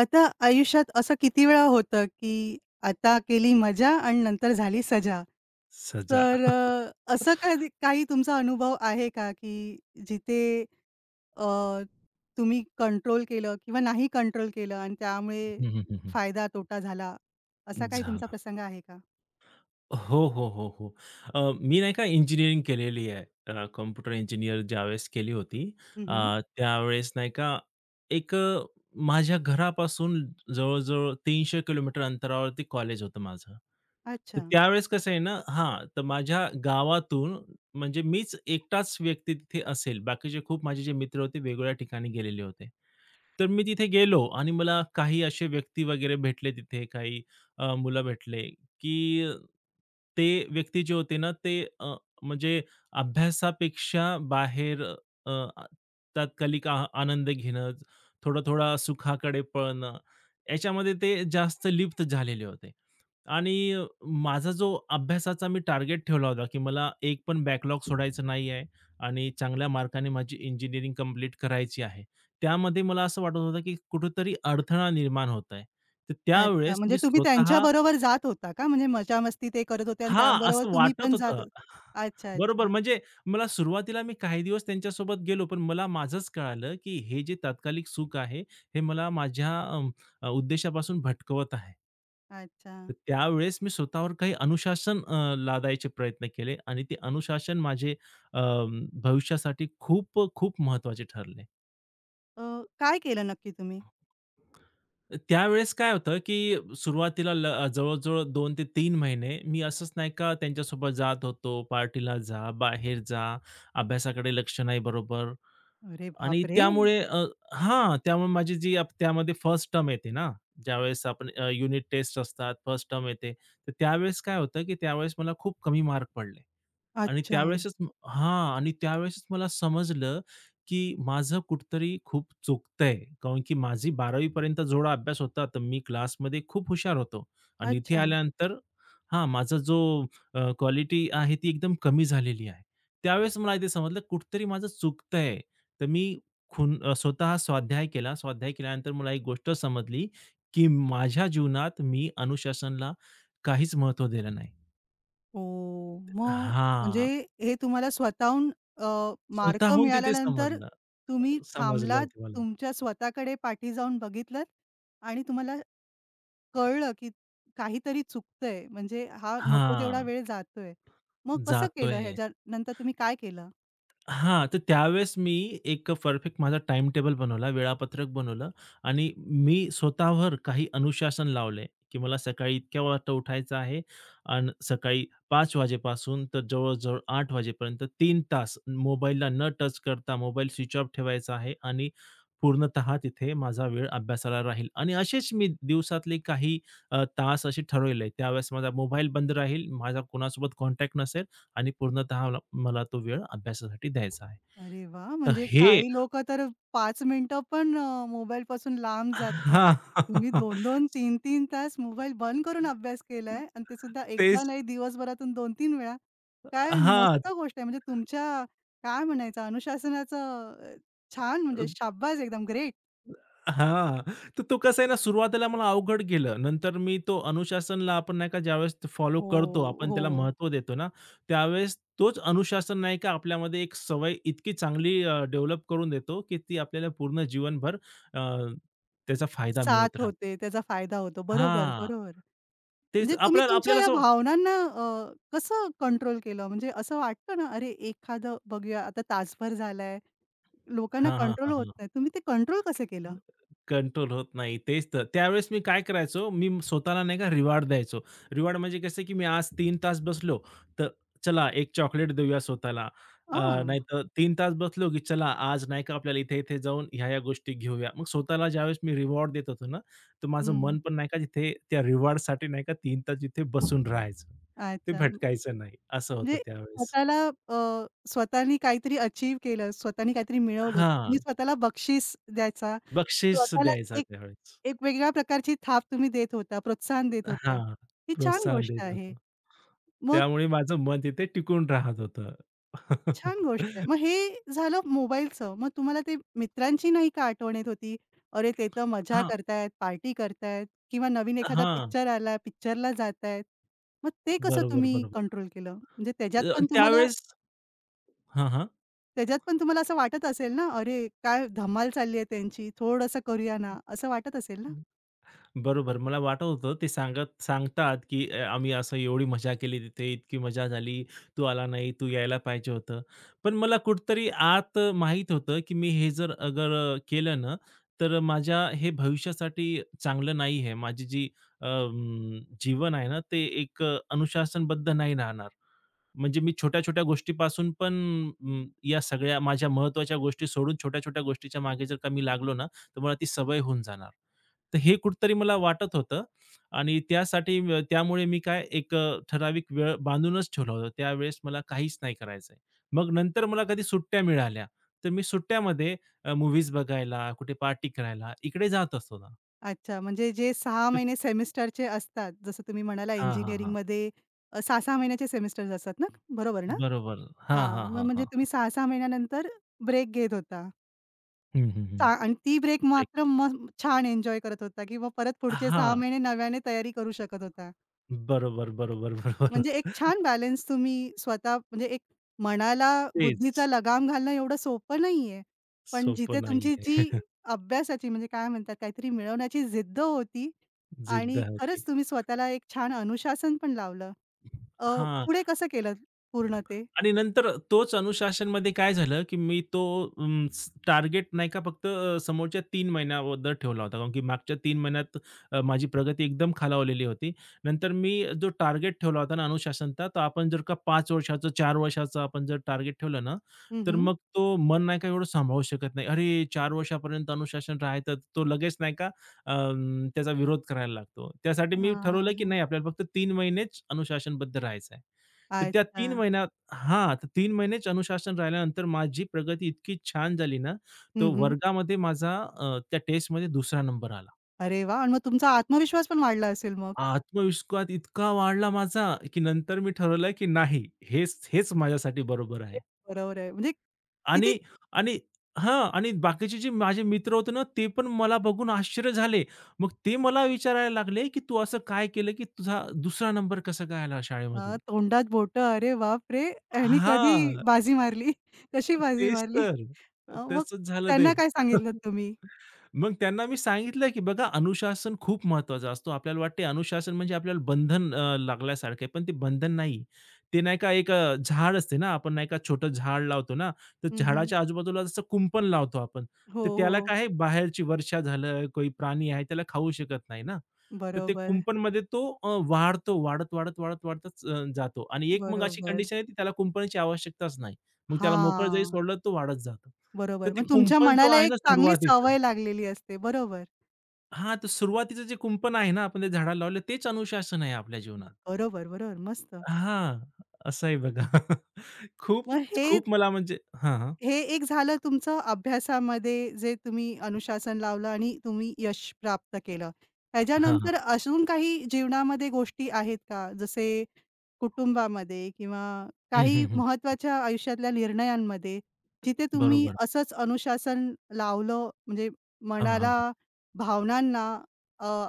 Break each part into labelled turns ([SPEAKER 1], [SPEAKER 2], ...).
[SPEAKER 1] आता आयुष्यात असं किती वेळा होतं, की आता केली मजा आणि नंतर झाली सजा.
[SPEAKER 2] सजा.
[SPEAKER 1] तर असं कधी काही तुमचा अनुभव आहे का, की जिथे अ, तुम्ही कंट्रोल केलं किंवा नाही कंट्रोल केलं आणि त्यामुळे
[SPEAKER 2] हं, हं, हं, हं.
[SPEAKER 1] फायदा तोटा झाला, असा काही तुमचा
[SPEAKER 2] झाला.
[SPEAKER 1] प्रसंग आहे का?
[SPEAKER 2] हो, हो, हो, हो. मी नाही का इंजिनिअरिंग केलेली आहे. कॉम्प्युटर इंजिनिअर ज्यावेळेस केली होती,
[SPEAKER 1] हं, हं.
[SPEAKER 2] त्यावेळेस नाही का एक माझ्या घरापासून जवळ-जवळ 300 किलोमीटर अंतरावरती कॉलेज होतं माझं. तर
[SPEAKER 1] अच्छा.
[SPEAKER 2] त्यावेळेस कसं आहे ना हां, तर माझ्या गावातून म्हणजे मीच एकटाच व्यक्ती तिथे असेल. बाकीचे खूप माझे जे मित्र होते वेगवेगळ्या ठिकाणी गेलेले होते. तर मी तिथे गेलो आणि मला काही असे व्यक्ती वगैरे भेटले तिथे काही मुलं भेटले, की ते व्यक्ती जे होते ना, ते म्हणजे अभ्यासापेक्षा बाहेर तात्कालिक आनंद घेणं, थोडा-थोडा सुखाकडे पळणं, याच्यामध्ये ते जास्त लिप्त झालेले होते. आणि माझा जो अभ्यासाचा मी टार्गेट ठेवला होता, की मला एक पण बॅकलॉग सोडायचा नाही आहे आणि चांगल्या मार्काने माझी इंजिनिअरिंग कंप्लीट करायची आहे. त्यामध्ये मला असं वाटत होतं, की कुठेतरी अडथळा निर्माण होत आहे. तर
[SPEAKER 1] अच्छा.
[SPEAKER 2] त्यावेळेस
[SPEAKER 1] म्हणजे
[SPEAKER 2] मी
[SPEAKER 1] तुम्ही
[SPEAKER 2] स्वतः
[SPEAKER 1] त्यांच्याबरोबर जात होता का? म्हणजे मजा-मस्ती ते करत होते आणि
[SPEAKER 2] हां,
[SPEAKER 1] त्याबरोबर
[SPEAKER 2] असं
[SPEAKER 1] तुम्ही पण
[SPEAKER 2] वाटत
[SPEAKER 1] जात
[SPEAKER 2] होतं.
[SPEAKER 1] हो. अच्छा,
[SPEAKER 2] बरोबर,
[SPEAKER 1] अच्छा.
[SPEAKER 2] म्हणजे मला सुरुवातीला मी काही दिवस त्यांच्यासोबत गेलो, पण मला माझंच कळालं, की हे जे तात्कालिक सुख आहे, हे मला माझ्या उद्देशापासून भटकवत आहे.
[SPEAKER 1] अच्छा.
[SPEAKER 2] तर त्यावेळेस मी स्वतःवर काही अनुशासन लादायचे प्रयत्न केले आणि ते अनुशासन माझे अ, भविष्यासाठी खूप खूप महत्त्वाचे ठरले.
[SPEAKER 1] अ, काय केलं नक्की तुम्ही?
[SPEAKER 2] त्यावेळेस काय होतं, की सुरुवातीला जवळ-जवळ 2 ते तीन महिने मी असंच नाही का त्यांच्यासोबत जात होतो, पार्टीला जा, बाहेर जा, अभ्यासाकडे लक्ष नाही. बरोबर
[SPEAKER 1] अरे
[SPEAKER 2] आणि
[SPEAKER 1] बापरे!
[SPEAKER 2] त्यामुळे हां, त्यामुळे त्यामध्ये फर्स्ट टर्म येते ना, ज्यावेळेस आपण युनिट टेस्ट असतात, फर्स्ट टर्म येते. तर त्यावेळेस काय होतं, की त्यावेळेस मला खूप कमी मार्क पडले. आणि
[SPEAKER 1] अच्छा,
[SPEAKER 2] त्यावेळेसच हां. आणि त्यावेळेसच मला समजलं, की माझं कुठेतरी खूप चुकतंय. कारण की माझी 12वी पर्यंत जेवढा अभ्यास होता, तर मी क्लासमध्ये खूप हुशार होतो. आणि इथे
[SPEAKER 1] अच्छा.
[SPEAKER 2] आल्यानंतर हां, माझा जो क्वालिटी आहे ती एकदम कमी झालेली आहे. त्यावेळेस मला ते समजलं कुठेतरी माझं चुकतंय. तर मी स्वतः स्वाध्याय केला. स्वाध्याय केल्यानंतर मला एक गोष्ट समजली, की माझ्या जीवनात मी अनुशासनाला काहीच महत्त्व दिलं नाही.
[SPEAKER 1] ओह! मग म्हणजे
[SPEAKER 2] हां.
[SPEAKER 1] हे तुम्हाला स्वतःहून अ, मार्क
[SPEAKER 2] स्वतःहून तिथे
[SPEAKER 1] मिळाल्यानंतर
[SPEAKER 2] समजलं.
[SPEAKER 1] तुम्ही
[SPEAKER 2] समजलं
[SPEAKER 1] थांबलात,
[SPEAKER 2] ते मला.
[SPEAKER 1] तुमच्या स्वतःकडे पाठी जाऊन बघितलत आणि तुम्हाला कळलं, की काहीतरी चुकतंय म्हणजे हा नको तेवढा
[SPEAKER 2] हां,
[SPEAKER 1] वेळ जातोय. मग कसं केलं
[SPEAKER 2] जातोय.
[SPEAKER 1] ह्याच्यानंतर तुम्ही काय केलं?
[SPEAKER 2] हां, तर त्यावेळेस मी एक परफेक्ट माझा टाइम टेबल बनवला, वेळापत्रक बनवलं आणि मी स्वतःवर काही अनुशासन लावले, की मला सकाळी इतक्या वाजता उठायचं आहे अन् सकाळी पाच वाजेपासून तर जवळ-जवळ 8 वाजेपर्यंत 3 तास मोबाईलला न टच करता मोबाईल स्विच ऑफ ठेवायचा आहे आणि पूर्णतः तिथे माझा वेळ अभ्यासाला राहील आणि असेच मी दिवसातले काही तास असे ठरवले. त्यावेळेस माझा मोबाईल बंद राहील, माझा कोणासोबत कॉन्टॅक्ट नसेल. आणि पूर्णतः मला मला तो वेळ अभ्यासासाठी द्यायचा आहे.
[SPEAKER 1] अरे वा,
[SPEAKER 2] तर
[SPEAKER 1] म्हणजे
[SPEAKER 2] हे
[SPEAKER 1] काही लोकं तर पाच मिनिटं पण मोबाईलपासून लांब जात नाही.
[SPEAKER 2] हां.
[SPEAKER 1] तुम्ही 2 3 तास मोबाईल बंद करून अभ्यास केलाय आणि ते सुद्धा एकदा
[SPEAKER 2] तेच
[SPEAKER 1] नाही दिवसभरातून 2-3 वेळा. काय
[SPEAKER 2] हां.
[SPEAKER 1] मस्त गोष्ट आहे. म्हणजे तुमच्या काय म्हणायचं अनुशासनाचं छान म्हणजे शाब्बास एकदम ग्रेट.
[SPEAKER 2] हां. तर तो कसं आहे ना, सुरुवातीला मला अवघड गेलं. नंतर मी तो अनुशासनला आपण नाही का ज्यावेळेस फॉलो
[SPEAKER 1] हो,
[SPEAKER 2] करतो, आपण त्याला
[SPEAKER 1] हो.
[SPEAKER 2] महत्त्व देतो ना, त्यावेळेस तोच अनुशासन नाही का आपल्यामध्ये एक सवय इतकी चांगली डेव्हलप करून देतो, की ती आपल्याला पूर्ण जीवनभर अ, त्याचा फायदा मिळत
[SPEAKER 1] साथ
[SPEAKER 2] राहतो.
[SPEAKER 1] होते त्याचा फायदा होतो. बरोबर,
[SPEAKER 2] हां.
[SPEAKER 1] बरोबर.
[SPEAKER 2] तेच
[SPEAKER 1] म्हणजे तुम्ही
[SPEAKER 2] आपल्याला
[SPEAKER 1] तुमच्या
[SPEAKER 2] आपल्याला
[SPEAKER 1] या
[SPEAKER 2] असं
[SPEAKER 1] भावनांना कसं कंट्रोल केलं? म्हणजे असं वाटतं ना, अरे एखादं बघूया आता तासभर झालाय, लोकांना
[SPEAKER 2] हां, हां,
[SPEAKER 1] कंट्रोल
[SPEAKER 2] हां,
[SPEAKER 1] होत
[SPEAKER 2] हां.
[SPEAKER 1] नाही. तुम्ही ते कंट्रोल कसं केलं?
[SPEAKER 2] कंट्रोल होत नाही. तेच तर. त्यावेळेस मी काय करायचो, स्वतःला नाही का रिवॉर्ड द्यायचो. रिवॉर्ड म्हणजे कसं, की मी आज 3 तास बसलो, तर चला एक चॉकलेट देऊया स्वतःला. अ,
[SPEAKER 1] हां.
[SPEAKER 2] नाहीतर 3 तास बसलो, की चला आज नाही का आपल्याला इथे-इथे जाऊन ह्या-ह्या गोष्टी घेऊया. मग स्वतःला ज्यावेळेस मी रिवॉर्ड देत होतो ना, तर माझं
[SPEAKER 1] हं.
[SPEAKER 2] मन पण नाही का तिथे त्या रिवॉर्डसाठी नाही का 3 तास तिथे बसून राहायचं. ते
[SPEAKER 1] अच्छा.
[SPEAKER 2] भटकायचं नाही. असं होतं
[SPEAKER 1] म्हणजे
[SPEAKER 2] त्यावेळेस.
[SPEAKER 1] स्वतःला स्वतःनी काहीतरी अचीव्ह केलं, स्वतःनी काहीतरी मिळवलं. तुम्ही
[SPEAKER 2] हां.
[SPEAKER 1] स्वतःला बक्षीस द्यायचा,
[SPEAKER 2] बक्षीस
[SPEAKER 1] स्वतःलाच
[SPEAKER 2] द्यायचा
[SPEAKER 1] एक
[SPEAKER 2] त्यावेळेस.
[SPEAKER 1] एक वेगळ्या प्रकारची थाप तुम्ही देत होता, प्रोत्साहन देत होता.
[SPEAKER 2] हां,
[SPEAKER 1] ही छान
[SPEAKER 2] प्रोत्साहन
[SPEAKER 1] गोष्ट
[SPEAKER 2] देत
[SPEAKER 1] आहे.
[SPEAKER 2] होतो.
[SPEAKER 1] मग
[SPEAKER 2] त्यामुळे माझं मन तिथे टिकून राहत होतं.
[SPEAKER 1] छान गोष्ट आहे. मग हे झालं मोबाईलचं. मग तुम्हाला ते मित्रांची नाही का आठवण येत होती? अरे, ते तर मजा
[SPEAKER 2] हां,
[SPEAKER 1] करतायत, पार्टी करतायत किंवा नवीन एखादा
[SPEAKER 2] हां.
[SPEAKER 1] पिक्चर आला, पिक्चरला जातायत. मग ते कसं
[SPEAKER 2] बरोबर,
[SPEAKER 1] तुम्ही
[SPEAKER 2] बरोबर.
[SPEAKER 1] कंट्रोल केलं? म्हणजे त्याच्यात पण तुम्हाला
[SPEAKER 2] त्यावेळेस हां, हां.
[SPEAKER 1] त्याच्यात पण तुम्हाला असं वाटत असेल ना, "अरे, काय धमाल चालली आहे त्यांची, थोडंसं करूया ना," असं वाटत असेल ना?
[SPEAKER 2] बरोबर. मला वाटत होतं ते सांगत सांगतात, की आम्ही असं एवढी मजा केली तिथे, इतकी मजा झाली, तू आला नाही, तू यायला पाहिजे होतं. पण मला कुठेतरी आत माहीत होतं, की मी हे जर अगर केलं ना, तर माझ्या हे भविष्यासाठी चांगलं नाही आहे. माझी जी जीवन आहे ना, ते एक अनुशासनबद्ध नाही राहणार. म्हणजे मी छोट्या-छोट्या गोष्टीपासून पण या सगळ्या माझ्या महत्त्वाच्या गोष्टी सोडून छोट्या-छोट्या गोष्टीच्या मागे जर का मी लागलो ना, तर मला ती सवय होऊन जाणार. तर हे कुठेतरी मला वाटत होतं आणि त्यासाठी त्यामुळे मी काय एक ठराविक वेळ बांधूनच ठेवला होता. त्यावेळेस मला काहीच नाही करायचंय. मग नंतर मला कधी सुट्ट्या मिळाल्या, तर मी सुट्ट्यामध्ये अ, बघायला, कुठे पार्टी करायला इकडे जात असतो ना.
[SPEAKER 1] अच्छा, म्हणजे जे 6 महिने सेमिस्टरचे असतात, जसं तुम्ही म्हणाला
[SPEAKER 2] हां, हां, हां.
[SPEAKER 1] इंजिनिअरिंगमध्ये 6-6 महिन्याचे सेमिस्टर्स असतात ना? बरोबर ना?
[SPEAKER 2] बरोबर. हां,
[SPEAKER 1] हां,
[SPEAKER 2] हां,
[SPEAKER 1] मग
[SPEAKER 2] हां,
[SPEAKER 1] म्हणजे
[SPEAKER 2] हां,
[SPEAKER 1] तुम्ही
[SPEAKER 2] हां.
[SPEAKER 1] 6-6 महिन्यानंतर ब्रेक घेत होता.
[SPEAKER 2] हं, हं,
[SPEAKER 1] चा
[SPEAKER 2] हं.
[SPEAKER 1] आणि ती ब्रेक
[SPEAKER 2] ब्रेक.
[SPEAKER 1] मात्र मग छान एन्जॉय करत होता किंवा परत पुढचे 6 महिने नव्याने तयारी करू शकत होता.
[SPEAKER 2] बरोबर, बरोबर, बरोबर.
[SPEAKER 1] म्हणजे एक छान बॅलन्स तुम्ही स्वतः म्हणजे एक मनाला
[SPEAKER 2] तेच.
[SPEAKER 1] बुद्धीचा लगाम घालणं एवढं सोपं नाहीये. पण
[SPEAKER 2] सोपं
[SPEAKER 1] जिथे तुमची जी
[SPEAKER 2] नाहीये.
[SPEAKER 1] अभ्यासाची म्हणजे काय म्हणतात काहीतरी मिळवण्याची जिद्द होती
[SPEAKER 2] जिद्द
[SPEAKER 1] आणि खरंच
[SPEAKER 2] होती.
[SPEAKER 1] तुम्ही स्वतःला एक छान अनुशासन पण लावलं. अ,
[SPEAKER 2] हां.
[SPEAKER 1] पुढे कसं केलं पूर्ण ते?
[SPEAKER 2] आणि नंतर तोच अनुशासनमध्ये काय झालं, की मी तो अं, स टार्गेट नाही का फक्त समोरच्या 3 महिन्याबद्दल ठेवला होता. कारण की मागच्या 3 महिन्यात माझी प्रगती एकदम खालावलेली होती. नंतर मी जो टार्गेट ठेवला होता ना अनुशासनचा, तर आपण जर का 5 वर्षाचं, 4 वर्षाचं आपण जर टार्गेट ठेवलं ना,
[SPEAKER 1] हं,
[SPEAKER 2] तर
[SPEAKER 1] हं.
[SPEAKER 2] मग तो मन नाही का एवढं सांभाळू शकत नाही. अरे 4 वर्षापर्यंत अनुशासन राहायचं, तो लगेच नाही का त्याचा विरोध करायला लागतो. त्यासाठी मी
[SPEAKER 1] हां, हां,
[SPEAKER 2] ठरवलं, की
[SPEAKER 1] हां.
[SPEAKER 2] नाही आपल्याला फक्त 3 महिनेच अनुशासनबद्ध राहायचं आहे. तर त्या
[SPEAKER 1] अच्छा.
[SPEAKER 2] 3 महिन्या हां, तर 3 महिनेच अनुशासन राहिल्यानंतर माझी प्रगती इतकी छान झाली ना,
[SPEAKER 1] हं,
[SPEAKER 2] तो
[SPEAKER 1] हं.
[SPEAKER 2] वर्गामध्ये माझा त्या टेस्टमध्ये 2रा नंबर आला.
[SPEAKER 1] अरे वाह! आणि मग तुमचा आत्मविश्वास पण वाढला असेल मग.
[SPEAKER 2] आत्मविश्वास इतका वाढला माझा, की नंतर मी ठरवलं की नाही, हेच हेच माझ्यासाठी बरोबर
[SPEAKER 1] हे
[SPEAKER 2] आहे.
[SPEAKER 1] बरोबर आहे. म्हणजे किती
[SPEAKER 2] आणि आणि हां, आणि बाकीचे जे माझे मित्र होते ना, ते पण मला बघून आश्चर्य झाले. मग ते मला विचारायला लागले, की "तू असं काय केलं, की तुझा 2रा नंबर कसा काय आला
[SPEAKER 1] अ,
[SPEAKER 2] शाळेमधून?"
[SPEAKER 1] तोंडात बोटं. अरे बापरे! ह्यानी कधी
[SPEAKER 2] हां,
[SPEAKER 1] बाजी मारली? कशी बाजी
[SPEAKER 2] तेच
[SPEAKER 1] मारली?
[SPEAKER 2] तर.
[SPEAKER 1] मग
[SPEAKER 2] तसंच झालं ते.
[SPEAKER 1] त्यांना काय सांगितलत तुम्ही?
[SPEAKER 2] मग त्यांना मी सांगितलं, की बघा अनुशासन खूप महत्त्वाचा असतो. आपल्याला वाटते अनुशासन म्हणजे आपल्याला बंधन लागल्यासारखं आहे, पण ते बंधन नाही. ते नाही का एक झाड असते ना, आपण नाही का छोटं झाड लावतो ना, तर
[SPEAKER 1] हं, हं.
[SPEAKER 2] झाडाच्या आजूबाजूला जसं कुंपण लावतो आपण,
[SPEAKER 1] हो,
[SPEAKER 2] तर त्याला
[SPEAKER 1] हो.
[SPEAKER 2] काय आहे बाहेरची वर्षा झालं, कोणी प्राणी आहे त्याला खाऊ शकत नाही ना. तर ते
[SPEAKER 1] बरोबर,
[SPEAKER 2] कुंपणमध्ये तो वाढतो, वाढत, वाढत, वाढत, वाढतच जातो आणि एक मग अशी
[SPEAKER 1] बरोबर.
[SPEAKER 2] कंडिशन आहे, की त्याला कुंपणाची आवश्यकताच नाही. मग त्याला मोकळं जरी
[SPEAKER 1] हां,
[SPEAKER 2] सोडलं, तो वाढत जातो. तर
[SPEAKER 1] बरोबर.
[SPEAKER 2] ते
[SPEAKER 1] मग तुमच्या
[SPEAKER 2] कुंपण जो
[SPEAKER 1] मनाला
[SPEAKER 2] आहे
[SPEAKER 1] एक
[SPEAKER 2] ना
[SPEAKER 1] चांगली
[SPEAKER 2] सुरुवातीचं
[SPEAKER 1] सवय लागलेली असते. बरोबर,
[SPEAKER 2] हां, तर सुरुवातीचं जे कुंपण आहे ना, आपण ते झाडाला लावलं तेच अनुशासन आहे आपल्या जीवनात.
[SPEAKER 1] बरोबर, बरोबर. मस्त.
[SPEAKER 2] हां, असं आहे बघा. खूप,
[SPEAKER 1] मग हे
[SPEAKER 2] खूप मला म्हणजे हां, हां.
[SPEAKER 1] हे एक झालं तुमचं अभ्यासामध्ये जे तुम्ही अनुशासन लावलं आणि तुम्ही यश प्राप्त केलं.
[SPEAKER 2] हां,
[SPEAKER 1] त्याच्यानंतर
[SPEAKER 2] हां.
[SPEAKER 1] अजून काही जीवनामध्ये गोष्टी आहेत का? जसे कुटुंबामध्ये किंवा
[SPEAKER 2] हं,
[SPEAKER 1] काही
[SPEAKER 2] हं, हं.
[SPEAKER 1] महत्त्वाच्या आयुष्यातल्या निर्णयांमध्ये, जिथे तुम्ही
[SPEAKER 2] बरोबर.
[SPEAKER 1] असंच अनुशासन लावलं म्हणजे
[SPEAKER 2] हां, हां,
[SPEAKER 1] मनाला,
[SPEAKER 2] हां.
[SPEAKER 1] भावनांना, अ,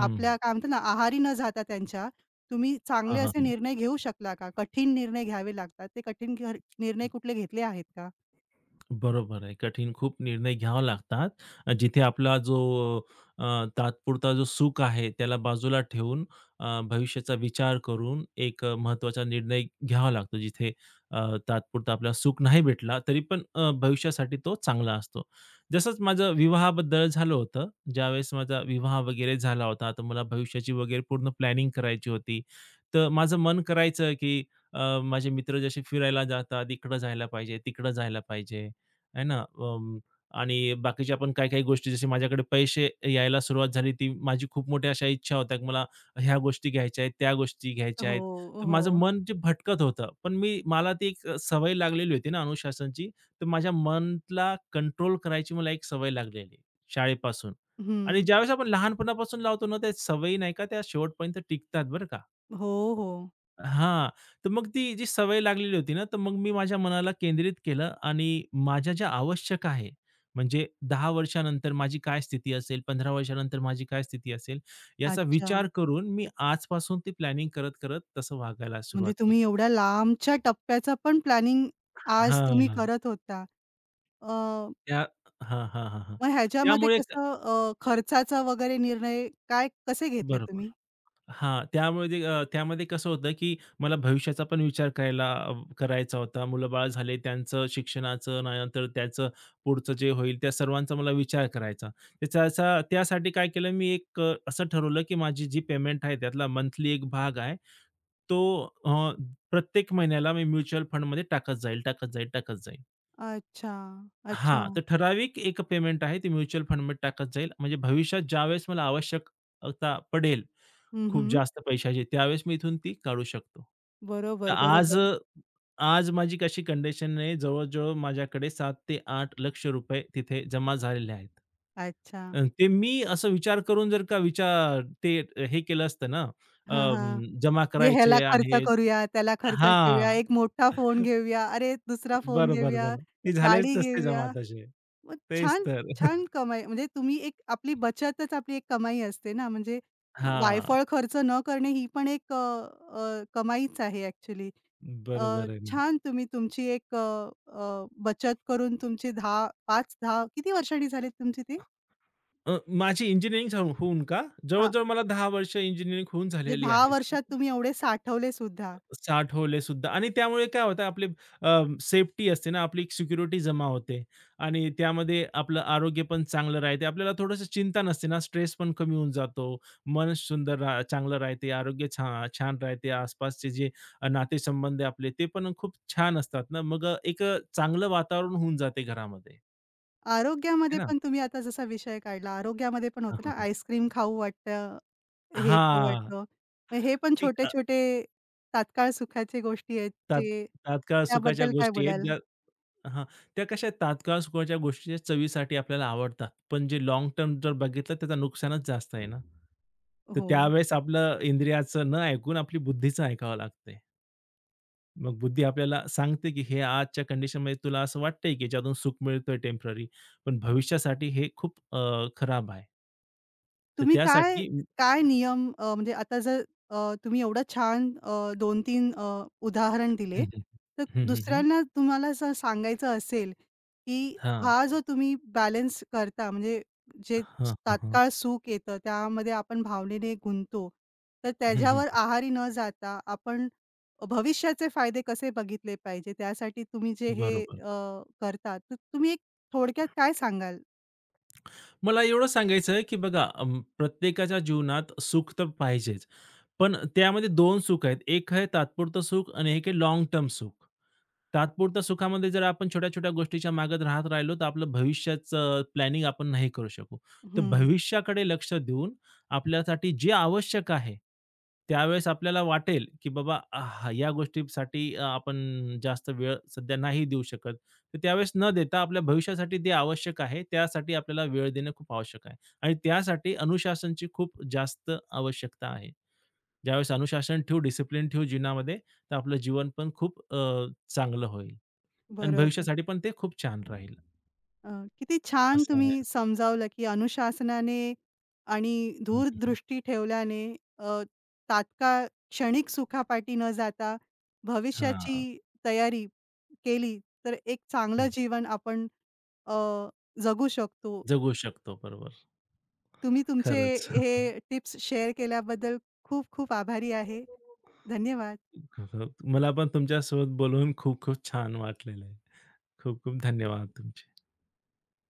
[SPEAKER 2] हं.
[SPEAKER 1] आपल्या काय म्हणतात ना, आहारी न जाता त्यांच्या तुम्ही चांगले
[SPEAKER 2] हां, हां,
[SPEAKER 1] असे
[SPEAKER 2] हां.
[SPEAKER 1] निर्णय घेऊ शकला का? कठीण निर्णय घ्यावे लागतात. ते कठीण घ निर्णय कुठले घेतले आहेत का?
[SPEAKER 2] बरोबर आहे. कठीण खूप निर्णय घ्यावे लागतात. जिथे आपला जो अ, तात्पुरता जो सुख आहे, त्याला बाजूला ठेवून भविष्याचा विचार करून एक महत्त्वाचा निर्णय घ्यावा लागतो. जिथे तात्पुरता आपल्याला सुख नाही भेटला, तरी पण भविष्यासाठी तो चांगला असतो. जसंच माझं विवाहाबद्दल झालं होतं. ज्यावेळेस माझा विवाह वगैरे झाला होता, तर मला भविष्याची वगैरे पूर्ण प्लॅनिंग करायची होती. तर माझं मन करायचं, की माझे मित्र जसे फिरायला जातात, इकडं जायला पाहिजे, तिकडं जायला पाहिजे. आहे ना? आणि बाकीच्या पण काही-काही गोष्टी जसे माझ्याकडे पैसे यायला सुरुवात झाली, ती माझी खूप मोठ्या अशा इच्छा होत्या, की मला ह्या गोष्टी घ्यायच्या आहेत, त्या गोष्टी घ्यायच्या
[SPEAKER 1] हो,
[SPEAKER 2] आहेत. तर माझं
[SPEAKER 1] हो.
[SPEAKER 2] मन जे भटकत होतं, पण मला ती एक सवय लागलेली होती ना अनुशासनची, तर माझ्या मनला कंट्रोल करायची मला एक सवय लागलेली शाळेपासून. आणि
[SPEAKER 1] हं.
[SPEAKER 2] ज्यावेळेस आपण लहानपणापासून लावतो ना, त्या सवयी नाही का त्या शेवटपर्यंत टिकतात बरं का.
[SPEAKER 1] हो, हो.
[SPEAKER 2] हां. तर मग ती जी सवय लागलेली होती ना, तर मग मी माझ्या मनाला केंद्रित केलं आणि माझ्या ज्या आवश्यक आहे, म्हणजे 10 वर्षानंतर माझी काय स्थिती असेल, 15 वर्षानंतर माझी काय स्थिती असेल, याचा
[SPEAKER 1] अच्छा.
[SPEAKER 2] विचार करून मी आजपासून ती प्लॅनिंग करत-करत तसं वागायला
[SPEAKER 1] म्हणजे
[SPEAKER 2] सुरुवात केली.
[SPEAKER 1] तुम्ही एवढ्या लांबच्या टप्प्याचं पण प्लॅनिंग आज तुम्ही
[SPEAKER 2] हां.
[SPEAKER 1] करत होता. अ,
[SPEAKER 2] त्या हां, हां, हां, हां.
[SPEAKER 1] मग ह्याच्यामध्ये
[SPEAKER 2] त्यामुळे क-
[SPEAKER 1] कसं खर्चाचा वगैरे निर्णय काय कसे घेतले
[SPEAKER 2] बरोबर.
[SPEAKER 1] तुम्ही?
[SPEAKER 2] हां, त्यामुळे ते त्यामध्ये कसं होतं, की मला भविष्याचा पण विचार करायला करायचा होता. मुलं-बाळ झाले, त्यांचं शिक्षणाचं, नंतर त्याचं पुढचं जे होईल, त्या सर्वांचा मला विचार करायचा. त्याचा त्यासाठी काय केलं, मी एक असं ठरवलं, की माझी जी पेमेंट आहे, त्यातला मंथली एक भाग आहे, तो अ, प्रत्येक महिन्याला मी म्युच्युअल फंडमध्ये टाकत जाईल, टाकत जाईल, टाकत जाईल.
[SPEAKER 1] अच्छा, अच्छा.
[SPEAKER 2] हां, तर ठराविक एक पेमेंट आहे ती म्युच्युअल फंडमध्ये टाकत जाईल. म्हणजे भविष्यात ज्यावेळेस मला आवश्यकता पडेल,
[SPEAKER 1] हं,
[SPEAKER 2] खूप
[SPEAKER 1] हं.
[SPEAKER 2] जास्त पैशाची, त्यावेळेस मी इथून ती काढू शकतो. तर
[SPEAKER 1] बरोबर,
[SPEAKER 2] आज
[SPEAKER 1] बरोबर.
[SPEAKER 2] आज माझी कशी कंडिशन आहे, जवळ-जवळ माझ्याकडे 7 ते आठ लक्ष रुपये तिथे जमा झालेले आहेत.
[SPEAKER 1] अच्छा.
[SPEAKER 2] ते मी असं विचार करून जर का विचार ते हे केलं असतं ना,
[SPEAKER 1] हां, हां.
[SPEAKER 2] जमा
[SPEAKER 1] म्हणजे ह्याला
[SPEAKER 2] करायचे
[SPEAKER 1] खर्च
[SPEAKER 2] आहेत
[SPEAKER 1] करूया, त्याला खर्च घेऊया,
[SPEAKER 2] हां,
[SPEAKER 1] एक मोठा फोन घेऊया, अरे दुसरा फोन
[SPEAKER 2] बरोबर,
[SPEAKER 1] घेऊया,
[SPEAKER 2] बरोबर. ते झालेच
[SPEAKER 1] गाडी
[SPEAKER 2] नसते
[SPEAKER 1] घेऊया.
[SPEAKER 2] जमा तसे.
[SPEAKER 1] मग
[SPEAKER 2] तेच
[SPEAKER 1] छान,
[SPEAKER 2] तर.
[SPEAKER 1] छान कमाई म्हणजे तुम्ही एक आपली बचतच आपली एक कमाई असते ना, म्हणजे
[SPEAKER 2] हां,
[SPEAKER 1] वायफळ खर्च न करणे ही पण एक अ, अ, कमाईच आहे ॲक्चुअली.
[SPEAKER 2] बरोबर आहे ना.
[SPEAKER 1] छान तुम्ही तुमची एक अ, अ, बचत करून तुमची 10 5-10 किती वर्षांनी झाली तुमची ती?
[SPEAKER 2] अ, माझी इंजिनिअरिंग जाऊ होऊन का,
[SPEAKER 1] हां,
[SPEAKER 2] जवळ-जवळ मला 10 वर्ष इंजिनिअरिंग होऊन
[SPEAKER 1] म्हणजे
[SPEAKER 2] झालेली
[SPEAKER 1] 10
[SPEAKER 2] आहेत.
[SPEAKER 1] वर्षात तुम्ही एवढे साठवले सुद्धा.
[SPEAKER 2] 60 होले सुद्धा आणि त्यामुळे काय होतं आपले सेफ्टी असते ना, आपली सिक्युरिटी जमा होते आणि त्यामध्ये आपलं आरोग्य पण चांगलं राहते. आपल्याला थोडंसं चिंता नसते ना, स्ट्रेस पण कमी होऊन जातो. मन सुंदर रा चांगलं राहते, आरोग्य छान राहते. आसपासचे जे नातेसंबंध आहे आपले ते पण खूप छान असतात ना. मग एक चांगलं वातावरण होऊन जाते घरामध्ये, है
[SPEAKER 1] आरोग्यामध्ये
[SPEAKER 2] ना?
[SPEAKER 1] पण तुम्ही आता जसा विषय काढला, आरोग्यामध्ये पण
[SPEAKER 2] हां,
[SPEAKER 1] होतं ना,
[SPEAKER 2] हां, हां.
[SPEAKER 1] आईस्क्रीम खाऊ वाटतं. हे खाऊ
[SPEAKER 2] हां.
[SPEAKER 1] वाटतं. मग हे पण
[SPEAKER 2] ती अ,
[SPEAKER 1] छोटे-छोटे तात्काळ सुखाच्या गोष्टी आहेत,
[SPEAKER 2] तात
[SPEAKER 1] जे
[SPEAKER 2] तात्काळ सुखाच्या
[SPEAKER 1] त्याबद्दल काय
[SPEAKER 2] गोष्टी आहेत
[SPEAKER 1] बोलाल?
[SPEAKER 2] ज्या हां, त्या कशा आहेत तात्काळ सुखाच्या गोष्टीच्या चवीसाठी आपल्याला आवडतात. पण जे लाँग टर्म जर बघितलं त्याचं नुकसानच जास्त आहे ना. तर
[SPEAKER 1] हो.
[SPEAKER 2] त्यावेळेस आपलं इंद्रियाचं न ऐकून आपली बुद्धीचं ऐकावं लागतंय. मग बुद्धी आपल्याला सांगते, की हे आजच्या कंडिशनमध्ये तुला असं वाटतंय, की ज्यातून सुख मिळतोय टेम्पररी, पण भविष्यासाठी हे खूप खराब आहे. तर
[SPEAKER 1] तुम्ही काय,
[SPEAKER 2] त्यासाठी
[SPEAKER 1] काय नियम म्हणजे आता जर तुम्ही एवढं छान 2-3 उदाहरण दिले,
[SPEAKER 2] हं, हं.
[SPEAKER 1] तर
[SPEAKER 2] हं, हं, हं.
[SPEAKER 1] दुसऱ्यांना तुम्हाला असं सांगायचं असेल, की
[SPEAKER 2] हां.
[SPEAKER 1] हा जो तुम्ही बॅलन्स करता म्हणजे जे
[SPEAKER 2] हां, हां, हां.
[SPEAKER 1] तात्काळ सुख येतं, त्यामध्ये आपण भावनेने गुंततो, तर
[SPEAKER 2] हं, हं.
[SPEAKER 1] त्याच्यावर आहारी न जाता आपण भविष्याचे फायदे कसे बघितले पाहिजे, त्यासाठी तुम्ही जे हे
[SPEAKER 2] बरोबर.
[SPEAKER 1] करता, तर तुम्ही एक थोडक्यात काय सांगाल?
[SPEAKER 2] मला एवढं सांगायचं आहे, की बघा प्रत्येकाच्या जीवनात सुख तर पाहिजेच. पण त्यामध्ये दोन सुख आहेत. एक आहे तात्पुरतं सुख आणि एक आहे लाँग टर्म सुख. तात्पुरत्या सुखामध्ये जर आपण छोट्या-छोट्या गोष्टीच्या मागत राहत राहिलो, तर आपलं भविष्याचं प्लॅनिंग आपण नाही करू शकू. तर
[SPEAKER 1] हं,
[SPEAKER 2] भविष्याकडे लक्ष देऊन आपल्यासाठी जे आवश्यक आहे, त्यावेळेस आपल्याला वाटेल, की बाबा आह, या गोष्टीसाठी आपण जास्त वेळ सध्या नाही देऊ शकत. तर त्यावेळेस न देता आपल्या भविष्यासाठी ते आवश्यक आहे, त्यासाठी आपल्याला वेळ देणं खूप आवश्यक आहे आणि त्यासाठी अनुशासनची खूप जास्त आवश्यकता आहे. ज्यावेळेस अनुशासन ठेवू, डिसिप्लिन ठेवू जीवनामध्ये, तर आपलं जीवन पण खूप चांगलं होईल. आणि
[SPEAKER 1] बरोबर.
[SPEAKER 2] भविष्यासाठी पण ते खूप छान राहील.
[SPEAKER 1] अ, किती छान
[SPEAKER 2] असं आहे.
[SPEAKER 1] तुम्ही समजावलं, की अनुशासनाने आणि
[SPEAKER 2] हं, हं, हं.
[SPEAKER 1] दूरदृष्टी ठेवल्याने अ, तात्काळ क्षणिक सुखापाठी न जाता भविष्याची
[SPEAKER 2] हां,
[SPEAKER 1] तयारी केली, तर एक
[SPEAKER 2] हं.
[SPEAKER 1] चांगलं जीवन आपण अ, जगू शकतो.
[SPEAKER 2] जगू शकतो बरोबर.
[SPEAKER 1] तुम्ही तुमचे
[SPEAKER 2] खरंच.
[SPEAKER 1] हे टिप्स शेअर केल्याबद्दल खूप खूप आभारी आहे. धन्यवाद.
[SPEAKER 2] मला पण तुमच्यासोबत बोलून खूप खूप छान वाटलेलं आहे. खूप खूप धन्यवाद तुमचे.